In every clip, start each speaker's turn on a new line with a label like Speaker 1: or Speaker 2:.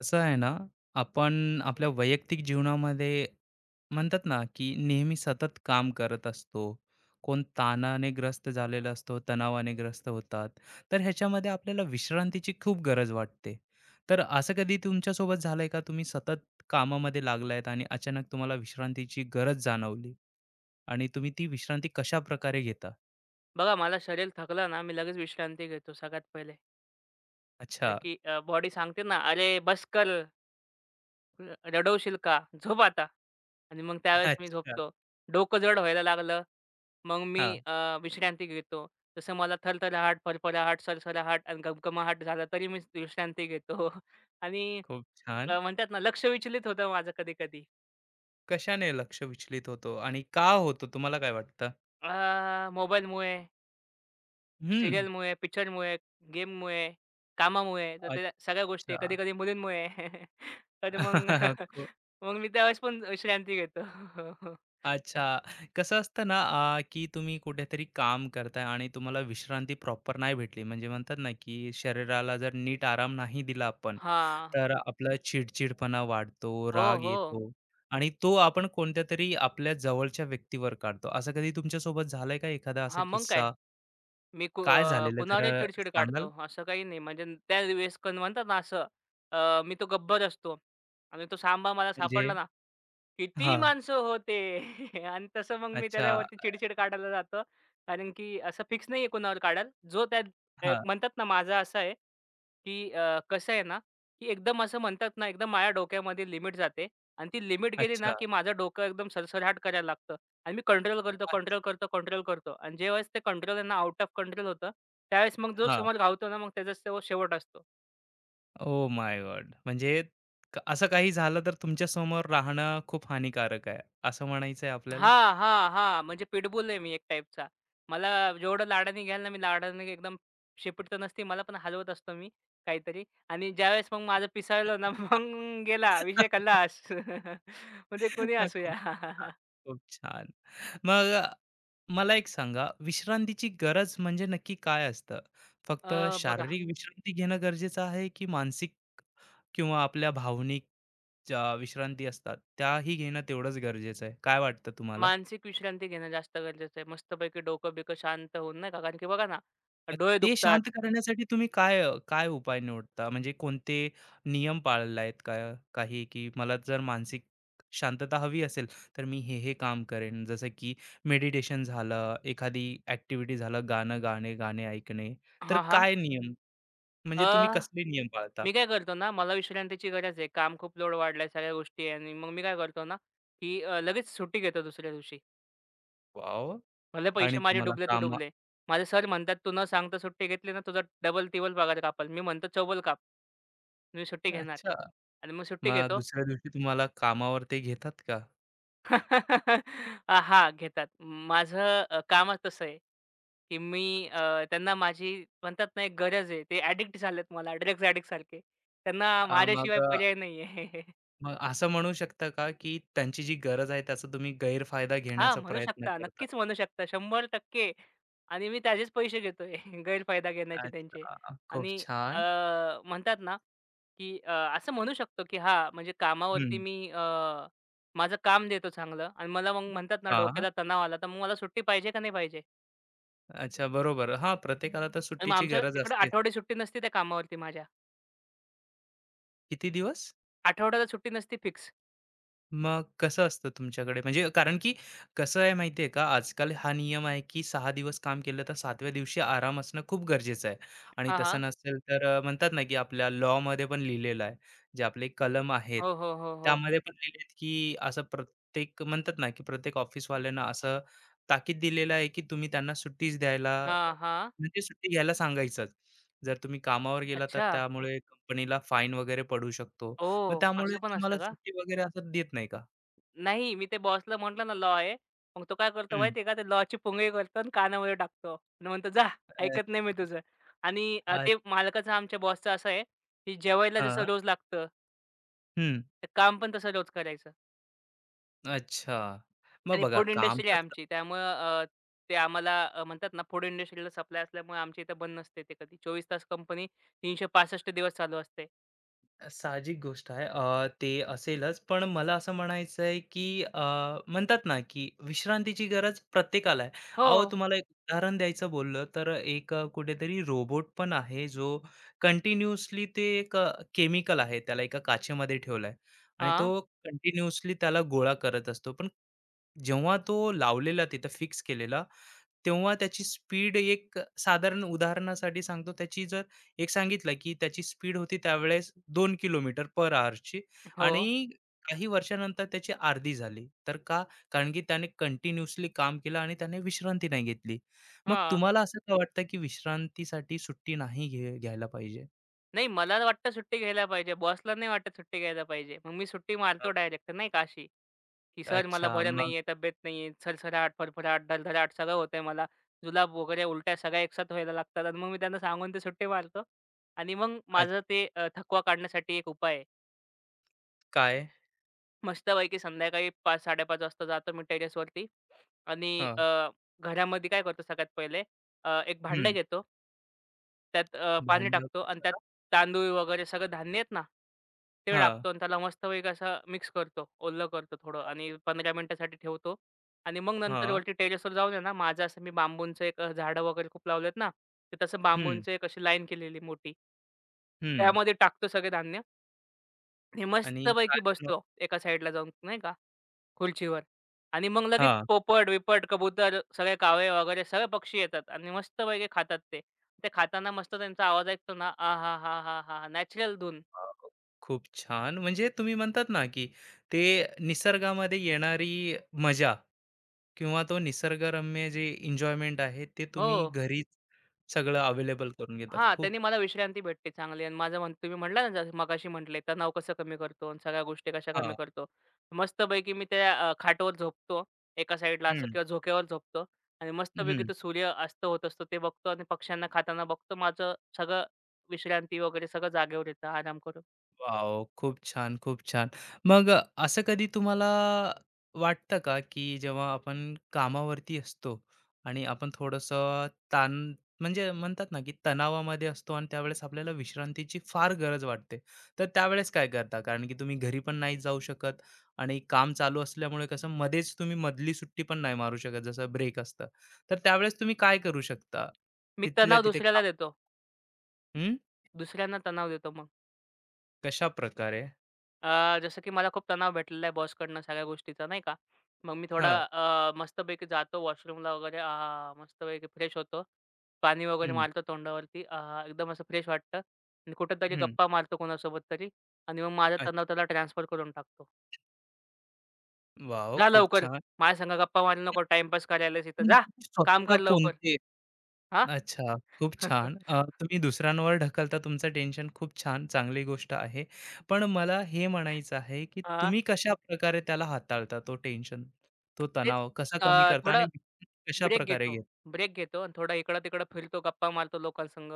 Speaker 1: कसं आहे ना, आपण आपल्या वैयक्तिक जीवनामध्ये म्हणतात ना, की नेहमी सतत काम करत असतो. कोण ताणाने ग्रस्त झालेला असतो, तणावाने ग्रस्त होतात. तर ह्याच्यामध्ये आपल्याला विश्रांतीची खूप गरज वाटते. तर असं कधी तुमच्यासोबत झालंय का? तुम्ही सतत कामामध्ये लागलायत आणि अचानक तुम्हाला विश्रांतीची गरज जाणवली आणि तुम्ही ती विश्रांती कशाप्रकारे घेता?
Speaker 2: बघा मला शरीर थकलं ना, मी लगेच विश्रांती घेतो सगळ्यात पहिले. कारण
Speaker 1: अच्छा.
Speaker 2: की बॉडी सांगते ना, "अरे बस कर, रडवशील का? झोप आता." आणि मग त्यावेळेस मी
Speaker 1: अच्छा.
Speaker 2: झोपतो. डोकं जड व्हायला लागलं, मग मी
Speaker 1: हां.
Speaker 2: विश्रांती घेतो. जसं मला थरथराहट, फरफराहट, सरसराहट आणि घमघमाहट झाला तरी मी विश्रांती घेतो. आणि
Speaker 1: खूप छान.
Speaker 2: म्हणतात ना लक्ष विचलित होतं माझं कधी-कधी.
Speaker 1: कशाने लक्ष विचलित होतो आणि का होतो तुम्हाला काय वाटतं?
Speaker 2: मोबाईलमुळे,
Speaker 1: हं.
Speaker 2: सीरियलमुळे, पिक्चरमुळे, गेममुळे, कामामुळे, तर त्या सगळ्या गोष्टी
Speaker 1: अच्छा.
Speaker 2: कधी-कधी मुलींमुळे. तर मग
Speaker 1: को
Speaker 2: मग मी त्यावेळेस पण विश्रांती घेतो.
Speaker 1: अच्छा. कसं असतं ना, की तुम्ही कुठेतरी काम करताय आणि तुम्हाला विश्रांती प्रॉपर नाही भेटली. म्हणजे म्हणतात ना, की शरीराला जर नीट आराम नाही दिला आपण,
Speaker 2: हां.
Speaker 1: तर आपला चिडचिडपणा वाढतो,
Speaker 2: हो,
Speaker 1: राग
Speaker 2: हो.
Speaker 1: येतो आणि तो आपण कोणत्यातरी आपल्या जवळच्या व्यक्तीवर काढतो. असं कधी तुमच्यासोबत झालंय का एखादा असा
Speaker 2: हां, मग काय?
Speaker 1: किस्सा? काय झालेलं जरा
Speaker 2: कुणावरही चिड-चिड
Speaker 1: सांगाल?
Speaker 2: काढतो. असं काही नाही म्हणजे त्यावेळेस कण म्हणतात ना असं. मी तो गब्बर असतो आणि तो सांबा मला
Speaker 1: म्हणजे
Speaker 2: सापडला ना, किती
Speaker 1: हां.
Speaker 2: माणसं होते आणि तसं मग मी
Speaker 1: अच्छा.
Speaker 2: त्याच्यावरती चिड-चिड काढायला जातो. कारण की असं फिक्स नाहीये कुणावर काढाल. जो त्यात म्हणतात ना माझा असा आहे की कसं आहे ना, की एकदम असं म्हणतात ना, एकदम माझ्या डोक्यामध्ये लिमिट जाते आणि ती लिमिट गेली ना,
Speaker 1: अच्छा.
Speaker 2: की माझं डोकं एकदम सरसराट करायला लागतं आणि मी कंट्रोल करतो,
Speaker 1: अच्छ
Speaker 2: कंट्रोल करतो, कंट्रोल करतो आणि ज्यावेळेस ते कंट्रोल आहे ना, आउट ऑफ कंट्रोल होतं, त्यावेळेस मग जो
Speaker 1: हां.
Speaker 2: समोर धावतो ना, मग त्याचाच तो शेवट असतो.
Speaker 1: Oh my god! म्हणजे असं काही झालं तर तुमच्यासमोर राहणं खूप हानिकारक आहे, असं म्हणायचं आहे आपल्याला?
Speaker 2: हां, हां, हां. म्हणजे पिटबुल आहे मी एक टाईपचा. मला जेवढं लाडाने घ्याल ना, मी लाडाने एकदम शेपूट तर नसते मला, पण हलवत असतो मी काहीतरी आणि ज्यावेळेस मग माझं पिसाळलं ना, मग गेला विषय खल्लास. म्हणजे कोणी
Speaker 1: हां,
Speaker 2: असूया.
Speaker 1: खूप छान, खूप छान. मग मला एक सांगा, विश्रांतीची गरज म्हणजे नक्की काय असतं? फक्त
Speaker 2: बघा,
Speaker 1: शारीरिक विश्रांती घेणं गरजेचं आहे, की मानसिक किंवा आपल्या भावनिक ज्या विश्रांती असतात, त्याही घेणं तेवढंच गरजेचं आहे? काय वाटतं तुम्हाला?
Speaker 2: मानसिक विश्रांती घेणं जास्त गरजेचं आहे. मस्तपैकी डोकं-बिकं शांत होऊन नाही का, कारण की बघा ना,
Speaker 1: मग
Speaker 2: डोळे
Speaker 1: ते
Speaker 2: दुखतात.
Speaker 1: शांत करण्यासाठी तुम्ही काय काय उपाय निवडता? म्हणजे कोणते नियम पाळले आहेत का काही, की मला जर मानसिक शांतता हवी असेल, तर मी हे काम करेन. जसं की मेडिटेशन झालं, एखादी ॲक्टिव्हिटी झालं, गाणं गाणे, गाणे ऐकणे. तर
Speaker 2: हां, हां.
Speaker 1: काय नियम
Speaker 2: अ,
Speaker 1: म्हणजे तुम्ही कसले नियम पाळता?
Speaker 2: मी काय करतो ना, मला विश्रांतीची गरज आहे. काम खूप लोड वाढलाय, सगळ्या गोष्टी आहे आणि मग मी काय करतो ना, की लगेच सुट्टी घेतो दुसऱ्या दिवशी.
Speaker 1: वॉव!
Speaker 2: भले पैसे
Speaker 1: आणि
Speaker 2: माझे
Speaker 1: तुम्हाला
Speaker 2: डुबले तर डुबले. माझे सर म्हणतात, "तू न सांगता सुट्टी घेतली ना, तुझा डबल-तिबल पगार कापेल." मी म्हणतो, "चौबल काप, मी सुट्टी घेणार."
Speaker 1: अच्छा.
Speaker 2: आणि मग सुट्टी
Speaker 1: मग
Speaker 2: घेतो.
Speaker 1: दुसऱ्या दिवशी तुम्हाला कामावर ते घेतात का?
Speaker 2: हां, घेतात. माझं कामच तसं आहे, की
Speaker 1: अच्छा.
Speaker 2: त्यांना माझी म्हणतात ना, एक गरज आहे. ते ॲडिक्ट झालेत मला, ड्रग्ज ॲडिक्ट सारखे. त्यांना
Speaker 1: मग
Speaker 2: माझ्याशिवाय पर्याय नाही आहे.
Speaker 1: मग असं म्हणू शकता का, की त्यांची जी गरज आहे त्याचा तुम्ही गैरफायदा
Speaker 2: हां,
Speaker 1: घेण्याचा
Speaker 2: म्हणू
Speaker 1: प्रयत्न
Speaker 2: शकता.
Speaker 1: करता?
Speaker 2: नक्कीच म्हणू शकता. 100% आणि मी त्याचेच पैसे घेतोय गैरफायदा घेण्याचे त्यांचे.
Speaker 1: अच्छा, खूप
Speaker 2: आणि अ,
Speaker 1: छान.
Speaker 2: म्हणतात ना, की असं म्हणू शकतो, की हां, म्हणजे
Speaker 1: हं.
Speaker 2: कामावरती मी माझं काम देतो चांगलं आणि मला मग म्हणतात ना,
Speaker 1: हां.
Speaker 2: डोक्याला तणाव आला, तर मग मला सुट्टी पाहिजे का नाही.
Speaker 1: अच्छा, बरोबर. हां, प्रत्येकाला तर
Speaker 2: आणि मग
Speaker 1: सुट्टीची
Speaker 2: आमच्या
Speaker 1: गरज
Speaker 2: तिकडे
Speaker 1: असते.
Speaker 2: आठवडी सुट्टी नसती त्या कामावरती माझ्या.
Speaker 1: किती दिवस?
Speaker 2: आठवड्याला सुट्टी नसती फिक्स.
Speaker 1: मग कसं असतं तुमच्याकडे? म्हणजे कारण की कसं आहे माहिती आहे का, आजकाल हा नियम आहे की 6 दिवस काम केलं तर 7व्या दिवशी आराम असणं खूप गरजेचं आहे आणि
Speaker 2: हां,
Speaker 1: तसं
Speaker 2: हां.
Speaker 1: नसेल तर म्हणतात ना की आपल्या लॉमध्ये पण लिहिलेलं आहे, जे आपले कलम आहेत,
Speaker 2: हो, हो, हो, हो.
Speaker 1: त्यामध्ये पण लिहिले की असं प्रत्येक म्हणतात ना की प्रत्येक ऑफिसवाल्यांना असं ताकीद दिलेलं आहे की तुम्ही त्यांना सुट्टीच द्यायला अ,
Speaker 2: हां, हां.
Speaker 1: म्हणजे सुट्टी घ्यायला सांगायचंच. जर तुम्ही कामावर गेला तर
Speaker 2: अच्छा.
Speaker 1: त्यामुळे कंपनीला फाईन वगैरे पडू शकतो. मग
Speaker 2: ओह!
Speaker 1: त्यामुळे
Speaker 2: असं पण
Speaker 1: तुम्हाला
Speaker 2: असतं का?
Speaker 1: सुट्टी वगैरे असं देत नाही का?
Speaker 2: नाही, मी ते बॉसला म्हटलं ना लॉ आहे. मग तो काय करतो
Speaker 1: हं.
Speaker 2: माहिती आहे का? ते लॉची पुंगळी करतो आणि कानामध्ये टाकतो आणि म्हणतो, "जा, ऐकत नाही मी तुझं." आणि
Speaker 1: अ,
Speaker 2: ते मालकाचं आमच्या बॉसचं असं आहे, की जेवायला जसं
Speaker 1: हां.
Speaker 2: रोज लागतं,
Speaker 1: हं.
Speaker 2: ते काम पण तसं रोज करायचं.
Speaker 1: अच्छा. मग
Speaker 2: आणि
Speaker 1: बघा
Speaker 2: फूड
Speaker 1: काम
Speaker 2: इंडस्ट्री
Speaker 1: तर
Speaker 2: आहे आमची. त्यामुळं अ, ते आम्हाला म्हणतात ना फूड इंडस्ट्रीला सप्लाय असल्यामुळे आमच्या इथं बंद नसते ते कधी. 24 तास कंपनी 365 दिवस चालू असते.
Speaker 1: साहजिक गोष्ट आहे. ते असेलच. पण मला असं म्हणायचं आहे, की म्हणतात ना, की विश्रांतीची गरज प्रत्येकाला आहे.
Speaker 2: हो.
Speaker 1: अहो, तुम्हाला एक उदाहरण द्यायचं बोललं तर एक कुठेतरी रोबोट पण आहे, जो कंटिन्यूअसली ते एक केमिकल आहे. त्याला एका काचेमध्ये ठेवलंय आणि
Speaker 2: हां.
Speaker 1: तो कंटिन्यूअसली त्याला गोळा करत असतो. पण जेव्हा तो लावलेला तिथं फिक्स केलेला, तेव्हा त्याची स्पीड एक साधारण उदाहरणासाठी सांगतो, त्याची जर एक सांगितलं, की त्याची स्पीड होती त्यावेळेस 2 किलोमीटर पर अवरची
Speaker 2: हो.
Speaker 1: आणि काही वर्षानंतर त्याची अर्धी झाली. तर का? कारण की त्याने कंटिन्यूअसली काम केलं आणि त्याने विश्रांती नाही घेतली. मग
Speaker 2: हां.
Speaker 1: तुम्हाला असं का वाटतं, की विश्रांतीसाठी सुट्टी नाही घ्यायला पाहिजे?
Speaker 2: नाही, मला वाटतं सुट्टी घ्यायला पाहिजे. बॉसला नाही वाटत सुट्टी घ्यायला पाहिजे. मग मी सुट्टी
Speaker 1: अ,
Speaker 2: मारतो डायरेक्ट नाही का अशी, की "सर मला
Speaker 1: अच्छा.
Speaker 2: बरं
Speaker 1: मग
Speaker 2: नाहीये, तब्येत नाहीये, सरसराट, फरफराट, धडधडाट सगळं होतंय मला. जुलाब वगैरे उलट्या सगळ्या एकसाथ व्हायला लागतात." आणि मग मी त्यांना सांगून ते सुट्टी मारतो आणि मग
Speaker 1: अ,
Speaker 2: माझं ते थकवा काढण्यासाठी एक उपाय आहे.
Speaker 1: काय?
Speaker 2: मस्तपैकी संध्याकाळी 5:00-5:30 वाजता जातो मी टेरेसवरती आणि
Speaker 1: हं,
Speaker 2: अ, घरामध्ये काय करतो सगळ्यात पहिले. एक भांडं
Speaker 1: हं.
Speaker 2: घेतो. त्यात पाणी
Speaker 1: भांडण
Speaker 2: टाकतो आणि त्यात
Speaker 1: कशाला?
Speaker 2: तांदूळ वगैरे सगळं धान्य आहेत ना, ते
Speaker 1: हां,
Speaker 2: टाकतो आणि त्याला मस्तपैकी असं मिक्स करतो, ओलं करतो थोडं आणि 15 मिनिटासाठी ठेवतो आणि मग नंतर
Speaker 1: हां.
Speaker 2: वरती टेरेसवर जाऊन आहे ना, माझं असं मी बांबूंचं एक झाडं वगैरे खूप लावलेत ना, ते तसं
Speaker 1: हं,
Speaker 2: बांबूंचं एक अशी लाईन केलेली मोठी.
Speaker 1: हं.
Speaker 2: त्यामध्ये टाकतो सगळे धान्य आणि
Speaker 1: आणि
Speaker 2: मस्तपैकी बसतो एका साईडला जाऊन, नाही का. खुर्चीवर आणि मग लगेच
Speaker 1: हां.
Speaker 2: पोपट-बिपट, कबूतर सगळे कावळे वगैरे सगळे पक्षी येतात आणि मस्तपैकी खातात ते. ते खाताना मस्त त्यांचा आवाज ऐकतो ना, आहाहाहाहा! नॅचरल धून.
Speaker 1: खूप छान. म्हणजे तुम्ही म्हणतात ना, की ते निसर्गामध्ये येणारी मजा किंवा तो निसर्गरम्य जे एन्जॉयमेंट आहे, ते
Speaker 2: हो.
Speaker 1: तुम्ही घरी सगळं अवेलेबल करून घेता.
Speaker 2: हां,
Speaker 1: खूप
Speaker 2: त्यांनी मला
Speaker 1: छान.
Speaker 2: विश्रांती भेटते चांगली आणि माझं म्हण तुम्ही म्हटला ना, जसं मगाशी म्हटले तणाव कसं कमी करतो आणि सगळ्या गोष्टी कशा
Speaker 1: हां.
Speaker 2: कमी करतो. मस्तपैकी मी त्या खाटवर झोपतो एका साईडला असं
Speaker 1: हं,
Speaker 2: किंवा झोक्यावर झोपतो आणि मस्तपैकी
Speaker 1: हं.
Speaker 2: तो सूर्य अस्त होत असतो ते बघतो आणि पक्ष्यांना खाताना बघतो. माझं सगळं विश्रांती वगैरे सगळं जागेवर येतं आराम करून.
Speaker 1: वॉव! खूप छान, खूप छान. मग असं कधी तुम्हाला वाटतं का, की जेव्हा आपण कामावरती असतो आणि आपण थोडंसं ताण म्हणजे म्हणतात ना, की तणावामध्ये असतो आणि त्यावेळेस आपल्याला विश्रांतीची फार गरज वाटते. तर त्यावेळेस काय करता? कारण की तुम्ही घरी पण नाही जाऊ शकत आणि काम चालू असल्यामुळे कसं मध्येच तुम्ही मधली सुट्टी पण नाही मारू शकत, जसं ब्रेक असतं. तर त्यावेळेस तुम्ही काय करू शकता?
Speaker 2: मी
Speaker 1: तिथल्या
Speaker 2: तणाव
Speaker 1: तिथे काम
Speaker 2: दुसऱ्याला देतो.
Speaker 1: हं,
Speaker 2: दुसऱ्यांना तणाव देतो मग.
Speaker 1: कशाप्रकारे?
Speaker 2: जसं की मला खूप तणाव भेटलेला आहे बॉसकडनं सगळ्या गोष्टीचा नाही का. मग मी थोडा
Speaker 1: हां,
Speaker 2: अ, मस्तपैकी जातो वॉशरूमला वगैरे. आहा! मस्तपैकी फ्रेश होतो. पाणी वगैरे
Speaker 1: हं,
Speaker 2: मारतो तोंडावरती. आहा! एकदम असं फ्रेश वाटतं आणि कुठेतरी
Speaker 1: हं.
Speaker 2: गप्पा मारतो कोणासोबत तरी आणि मग माझा तणाव
Speaker 1: अच्छा.
Speaker 2: त्याला ट्रान्सफर करून टाकतो.
Speaker 1: वॉव!
Speaker 2: "जा
Speaker 1: खूप
Speaker 2: लवकर.
Speaker 1: छान.
Speaker 2: माझ्या संग गप्पा मारू
Speaker 1: पण
Speaker 2: नको. टाईमपास करायलास इथं.
Speaker 1: तुम्ही
Speaker 2: जा. काम
Speaker 1: स्वतः
Speaker 2: कर लवकर."
Speaker 1: कोणते
Speaker 2: हां.
Speaker 1: अच्छा, खूप
Speaker 2: हां.
Speaker 1: छान. तुम्ही दुसऱ्यांवर ढकलता तुमचं टेन्शन, खूप छान, चांगली गोष्ट आहे. पण मला हे म्हणायचं आहे, की तुम्ही कशा प्रकारे त्याला हाताळता तो टेन्शन, तो
Speaker 2: तेच.
Speaker 1: तणाव कसा कमी करता
Speaker 2: थोडं
Speaker 1: आणि विश्रांती
Speaker 2: ब्रेक
Speaker 1: कशाप्रकारे
Speaker 2: घेतो.
Speaker 1: घेता?
Speaker 2: ब्रेक घेतो आणि थोडा इकडं-तिकडं फिरतो, गप्पा मारतो लोकांसंग.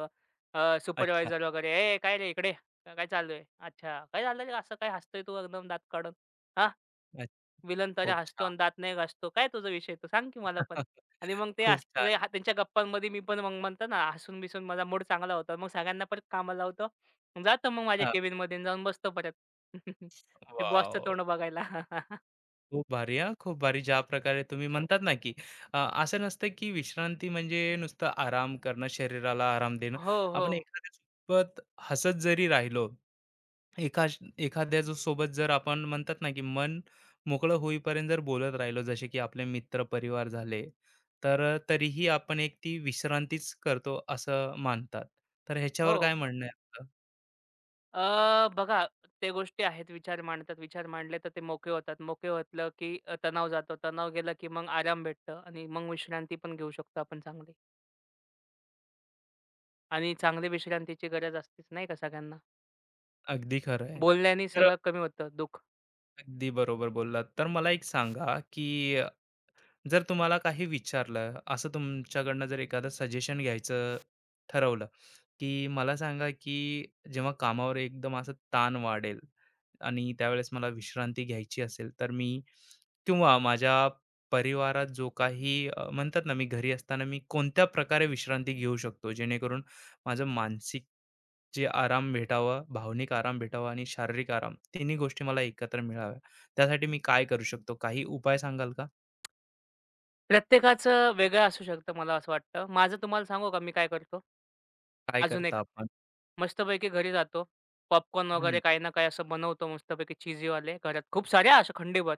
Speaker 1: अच्छा,
Speaker 2: सुपरवायझर वगैरे, "ए, काय रे इकडे? काय चालू आहे? अच्छा, काय झालं रे? असं काय हसतोय तू एकदम दात काढून? हां,
Speaker 1: अच्छा.
Speaker 2: विलन तरी
Speaker 1: खूप
Speaker 2: हसतो
Speaker 1: छान.
Speaker 2: आणि दात नाही घासतो. काय तुझा विषय तो? सांग की मला पण." आणि मग ते
Speaker 1: खूप
Speaker 2: हस
Speaker 1: छान.
Speaker 2: जे हा- त्यांच्या गप्पांमध्ये मी पण मग म्हणतो ना, हसून-बिसून माझा मूड चांगला होता. मग सगळ्यांना परत कामाला लावतो. जातो मग माझ्या
Speaker 1: हां,
Speaker 2: केबिनमध्ये आणि जाऊन बसतो परत. ते बॉसचं
Speaker 1: वॉव!
Speaker 2: तोंड बघायला.
Speaker 1: खूप भारी हां, खूप भारी. ज्या प्रकारे तुम्ही म्हणतात ना, की असं नसतं की विश्रांती म्हणजे नुसतं आराम करणं, शरीराला आराम देणं.
Speaker 2: हो, हो.
Speaker 1: आपण एखाद्यासोबत हसत जरी राहिलो, एका एखाद्या जो सोबत जर आपण म्हणतात ना, की मन मोकळं होईपर्यंत जर बोलत राहिलो, जसे की आपले मित्र, परिवार झाले, तर तरीही आपण एक ती विश्रांतीच करतो असं मानतात. तर
Speaker 2: हो.
Speaker 1: ह्याच्यावर काय म्हणणं आहे आपलं?
Speaker 2: बघा, ते गोष्टी आहेत. विचार मांडतात, विचार मांडले तर ते मोकळे होतात. मोकळे होतलं की तणाव जातो. तणाव गेला की मग आराम भेटतं आणि मग विश्रांती पण घेऊ शकतो आपण चांगली. आणि चांगली विश्रांतीची गरज असतेच नाही का सगळ्यांना.
Speaker 1: अगदी खरं आहे.
Speaker 2: बोलण्याने
Speaker 1: तर
Speaker 2: सगळं कमी होतं दुःख.
Speaker 1: अगदी बरोबर बोललात. तर मला एक सांगा, की जर तुम्हाला काही विचारलं, असं तुमच्याकडनं जर एखादं सजेशन घ्यायचं ठरवलं, की मला सांगा, की जेव्हा कामावर एकदम असा ताण वाढेल आणि त्यावेळेस मला विश्रांती घ्यायची असेल, तर मी किंवा माझ्या परिवारात जो काही म्हणतात ना, मी घरी असताना मी कोणत्या प्रकारे विश्रांती घेऊ शकतो, जेणेकरून माझं मानसिक जे आराम भेटावा, भावनिक आराम भेटावा आणि शारीरिक आराम, तिन्ही गोष्टी मला एकत्र मिळाव्या. त्यासाठी मी काय करू शकतो? काही उपाय सांगाल का?
Speaker 2: प्रत्येकाचं वेगळं असू शकतं मला असं वाटतं. माझं तुम्हाला सांगू का मी काय करतो?
Speaker 1: काय
Speaker 2: अजून
Speaker 1: करता
Speaker 2: एक.
Speaker 1: आपण?
Speaker 2: मस्तपैकी घरी जातो. पॉपकॉर्न
Speaker 1: हं,
Speaker 2: वगैरे काही ना काही असं बनवतो मस्तपैकी चीझीवाले घरात खूप सारे असे खंडीभर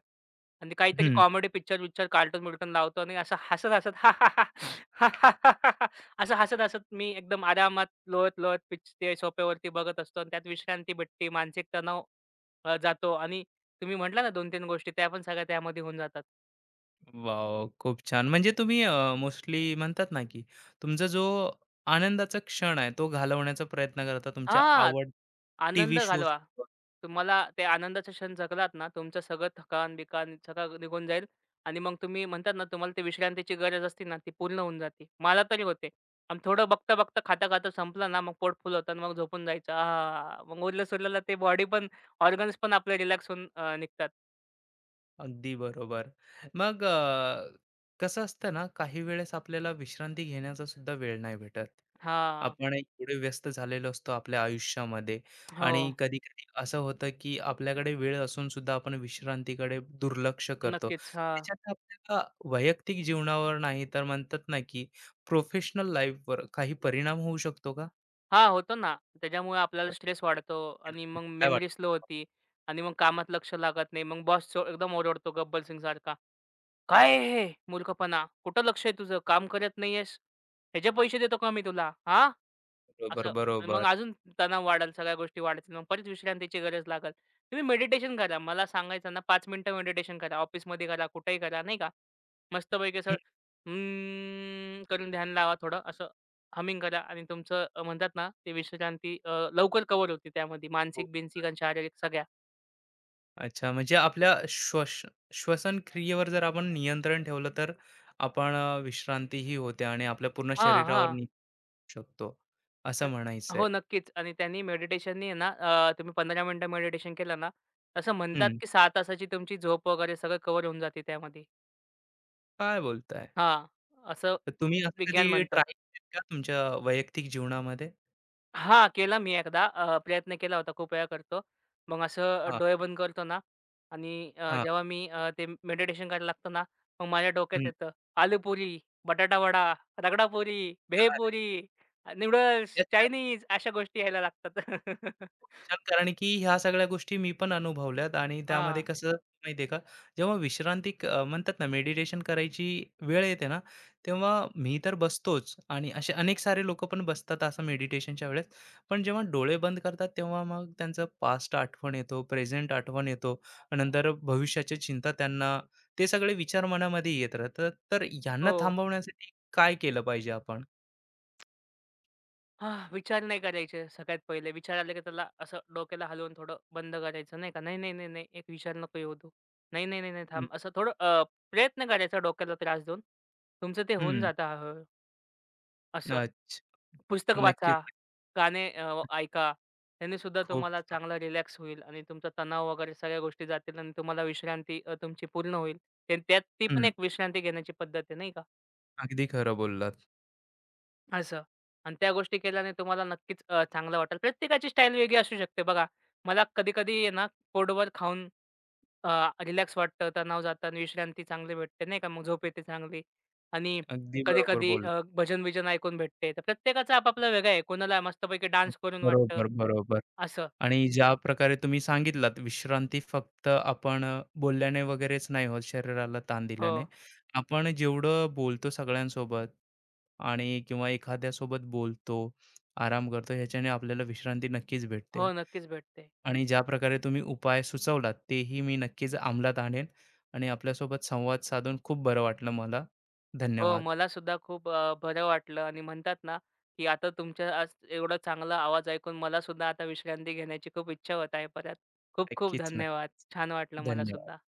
Speaker 2: आणि काहीतरी
Speaker 1: हं.
Speaker 2: कॉमेडी पिक्चर-विक्चर, कार्टून-बिर्टून लावतो आणि असं हसत-हसत असं हसत-हसत मी एकदम आरामात लोळत-लोळत पिच ते सोफ्यावरती बघत असतो आणि त्यात विश्रांती भेटते, मानसिक तणाव जातो आणि तुम्ही म्हटला ना 2-3 गोष्टी त्या पण सगळ्या त्यामध्ये होऊन जातात.
Speaker 1: वॉव! खूप छान. म्हणजे तुम्ही मोस्टली म्हणतात ना, की तुमचा जो आनंदाचा क्षण आहे, तो घालवण्याचा प्रयत्न करता तुमच्या
Speaker 2: हां.
Speaker 1: आवड
Speaker 2: आनंद
Speaker 1: टीव्ही शोज
Speaker 2: घालवा. तुम्हाला ते आनंदाचे क्षण जगलात ना, तुमचं सगळं थकान-बिकान सगळं निघून जाईल आणि मग तुम्ही म्हणतात ना, तुम्हाला ती विश्रांतीची गरज असते ना, ती पूर्ण होऊन जाते. मला तरी होते. आणि थोडं बघता-बघता, खाता-खाता संपलं ना, मग पोट फुल होतं आणि मग झोपून जायचं. आहाहा! मग उरलं-सुरलेलं ते बॉडी पण, ऑर्गन्स पण आपले रिलॅक्स होऊन निघतात.
Speaker 1: अगदी बरोबर. मग कसं असतं ना, काही वेळेस आपल्याला विश्रांती घेण्याचा सुद्धा वेळ नाही भेटत.
Speaker 2: हां.
Speaker 1: आपण एवढे व्यस्त झालेलो असतो आपल्या आयुष्यामध्ये
Speaker 2: हो.
Speaker 1: आणि कधी कधी असं होतं की आपल्याकडे वेळ असून सुद्धा आपण विश्रांतीकडे दुर्लक्ष करतो
Speaker 2: नक्कीच. हां.
Speaker 1: त्याच्यात आपल्याला वैयक्तिक जीवनावर नाही तर म्हणतात ना की प्रोफेशनल लाईफवर काही परिणाम होऊ शकतो का
Speaker 2: हां, होतो ना. त्याच्यामुळे आपल्याला
Speaker 1: तर
Speaker 2: स्ट्रेस वाढतो आणि मग
Speaker 1: काय
Speaker 2: मेमरी
Speaker 1: वाटतं
Speaker 2: स्लो होती आणि मग कामात लक्ष लागत नाही. मग बॉस चो एकदम ओरडतो गब्बल सिंगसारखा, "काय आहे हे मूर्खपणा? कुठं लक्ष आहे तुझं? काम करत नाहीयेस? ह्याचे पैसे देतो का मी तुला? हां?"
Speaker 1: बरोबर,
Speaker 2: असं मग
Speaker 1: बरोबर.
Speaker 2: अजून तणाव वाढेल, सगळ्या गोष्टी वाढतील. मग परत विश्रांतीची गरज लागेल. तुम्ही मेडिटेशन करा. मला सांगायचं ना, 5 मिनिटं मेडिटेशन करा. ऑफिसमध्ये करा, कुठेही करा नाही का. मस्तपैकी असं
Speaker 1: हं,
Speaker 2: करून ध्यान लावा थोडं असं हमिंग करा आणि तुमचं म्हणतात ना ते विश्रांती लवकर कव्हर होते त्यामध्ये
Speaker 1: हो.
Speaker 2: मानसिक-बिनसिक आणि शारीरिक सगळ्या.
Speaker 1: अच्छा, म्हणजे आपल्या श्वसन क्रियेवर जर आपण नियंत्रण ठेवलं, तर आपण विश्रांतीही होते आणि आपल्या पूर्ण
Speaker 2: हां,
Speaker 1: शरीरावर
Speaker 2: हां.
Speaker 1: निघू शकतो असं
Speaker 2: अन
Speaker 1: म्हणायचंय.
Speaker 2: हो, नक्कीच आणि त्यांनी मेडिटेशननी ना तुम्ही 15 मिनिटं मेडिटेशन केलं ना, असं म्हणतात की 6 तासाची तुमची झोप वगैरे सगळं कव्हर होऊन जाते त्यामध्ये.
Speaker 1: काय बोलताय?
Speaker 2: हां, असं
Speaker 1: तर तुम्ही असं
Speaker 2: विज्ञान
Speaker 1: कधी
Speaker 2: म्हणतं.
Speaker 1: ट्राय केलेत का तुमच्या वैयक्तिक जीवनामध्ये?
Speaker 2: हां, केला मी एकदा प्रयत्न केला होता. खूप वेळा करतो. मग असं
Speaker 1: हां,
Speaker 2: डोळे बंद करतो ना आणि
Speaker 1: हां.
Speaker 2: जेव्हा मी ते मेडिटेशन करायला लागतो ना, मग माझ्या डोक्यात
Speaker 1: हं.
Speaker 2: येतं आलूपुरी, बटाटा वडा, रगडापुरी, भेळपुरी, नूडल्स, चायनीज अशा गोष्टी यायला लागतात.
Speaker 1: छान, कारण की ह्या सगळ्या गोष्टी मी पण अनुभवल्यात आणि त्यामध्ये
Speaker 2: हां.
Speaker 1: हम्म, कसं माहितीये का, जेव्हा विश्रांती म्हणतात ना मेडिटेशन करायची वेळ येते ना, तेव्हा मी तर बसतोच आणि असे अनेक सारे लोक पण बसतात असं मेडिटेशनच्या वेळेस. पण जेव्हा डोळे बंद करतात तेव्हा मग त्यांचं पास्ट आठवण येतो, प्रेझेंट आठवण येतो, नंतर भविष्याची चिंता त्यांना, ते सगळे विचार मनामध्ये येत राहतात. तर यांना
Speaker 2: हो.
Speaker 1: थांबवण्यासाठी काय केलं पाहिजे आपण?
Speaker 2: हां, विचार नाही करायचे सगळ्यात पहिले. विचार आले की त्याला असं डोक्याला हलवून थोडं बंद करायचं नाही का. "नाही, नाही, नाही, नाही, एक विचार नको येऊ देऊ. नाही, नाही, नाही, नाही,
Speaker 1: हम्म.
Speaker 2: थांब." असं थोडं प्रयत्न करायचा डोक्याला त्रास देऊन. तुमचं ते होऊन
Speaker 1: हम्म.
Speaker 2: जातं हळू असं.
Speaker 1: अच्छा.
Speaker 2: पुस्तक
Speaker 1: नक्कीच.
Speaker 2: वाचा, गाणे ऐका. त्याने सुद्धा
Speaker 1: खूप
Speaker 2: तुम्हाला
Speaker 1: छान.
Speaker 2: चांगला रिलॅक्स होईल आणि तुमचा तणाव वगैरे सगळ्या गोष्टी जातील आणि तुम्हाला विश्रांती तुमची पूर्ण होईल. ते त्यात ती पण
Speaker 1: हम्म.
Speaker 2: एक विश्रांती घेण्याची पद्धत आहे नाही का.
Speaker 1: अगदी खरं बोललात.
Speaker 2: असं. आणि त्या गोष्टी केल्याने तुम्हाला नक्कीच चांगलं वाटेल. प्रत्येकाची स्टाईल वेगळी असू शकते बघा. मला कधी-कधी आहे ना पोटभर खाऊन अ, रिलॅक्स वाटतं, तणाव जातं आणि विश्रांती चांगली भेटते नाही का. मग झोप येते चांगली आणि
Speaker 1: अगदी बरोबर
Speaker 2: कधी-कधी भजन-बिजन ऐकून भेटते. तर प्रत्येकाचा आपापला वेगळा आहे. कोणाला मस्तपैकी डान्स करून वाटतं.
Speaker 1: बरोबर, बरोबर.
Speaker 2: असं.
Speaker 1: आणि ज्या प्रकारे तुम्ही सांगितलात विश्रांती फक्त आपण बोलल्याने वगैरेच नाही होत, शरीराला ताण
Speaker 2: हो.
Speaker 1: दिल्याने. आपण जेवढं बोलतो सगळ्यांसोबत आणि किंवा एखाद्यासोबत बोलतो, आराम करतो, ह्याच्याने आपल्याला विश्रांती नक्कीच भेटते.
Speaker 2: हो, नक्कीच भेटते.
Speaker 1: आणि ज्या प्रकारे तुम्ही उपाय सुचवलात, तेही मी नक्कीच अंमलात आणेन आणि आपल्यासोबत संवाद साधून खूप बरं वाटलं मला.
Speaker 2: हो,
Speaker 1: धन्यवाद.
Speaker 2: मला सुद्धा खूप बरं वाटलं आणि म्हणतात ना, की आता तुमच्या आज एवढा चांगला आवाज ऐकून मला सुद्धा आता विश्रांती घेण्याची खूप इच्छा होत आहे परत. खूप खूप
Speaker 1: नक्कीच नाही.
Speaker 2: धन्यवाद. छान वाटलं मला सुद्धा.
Speaker 1: धन्यवाद.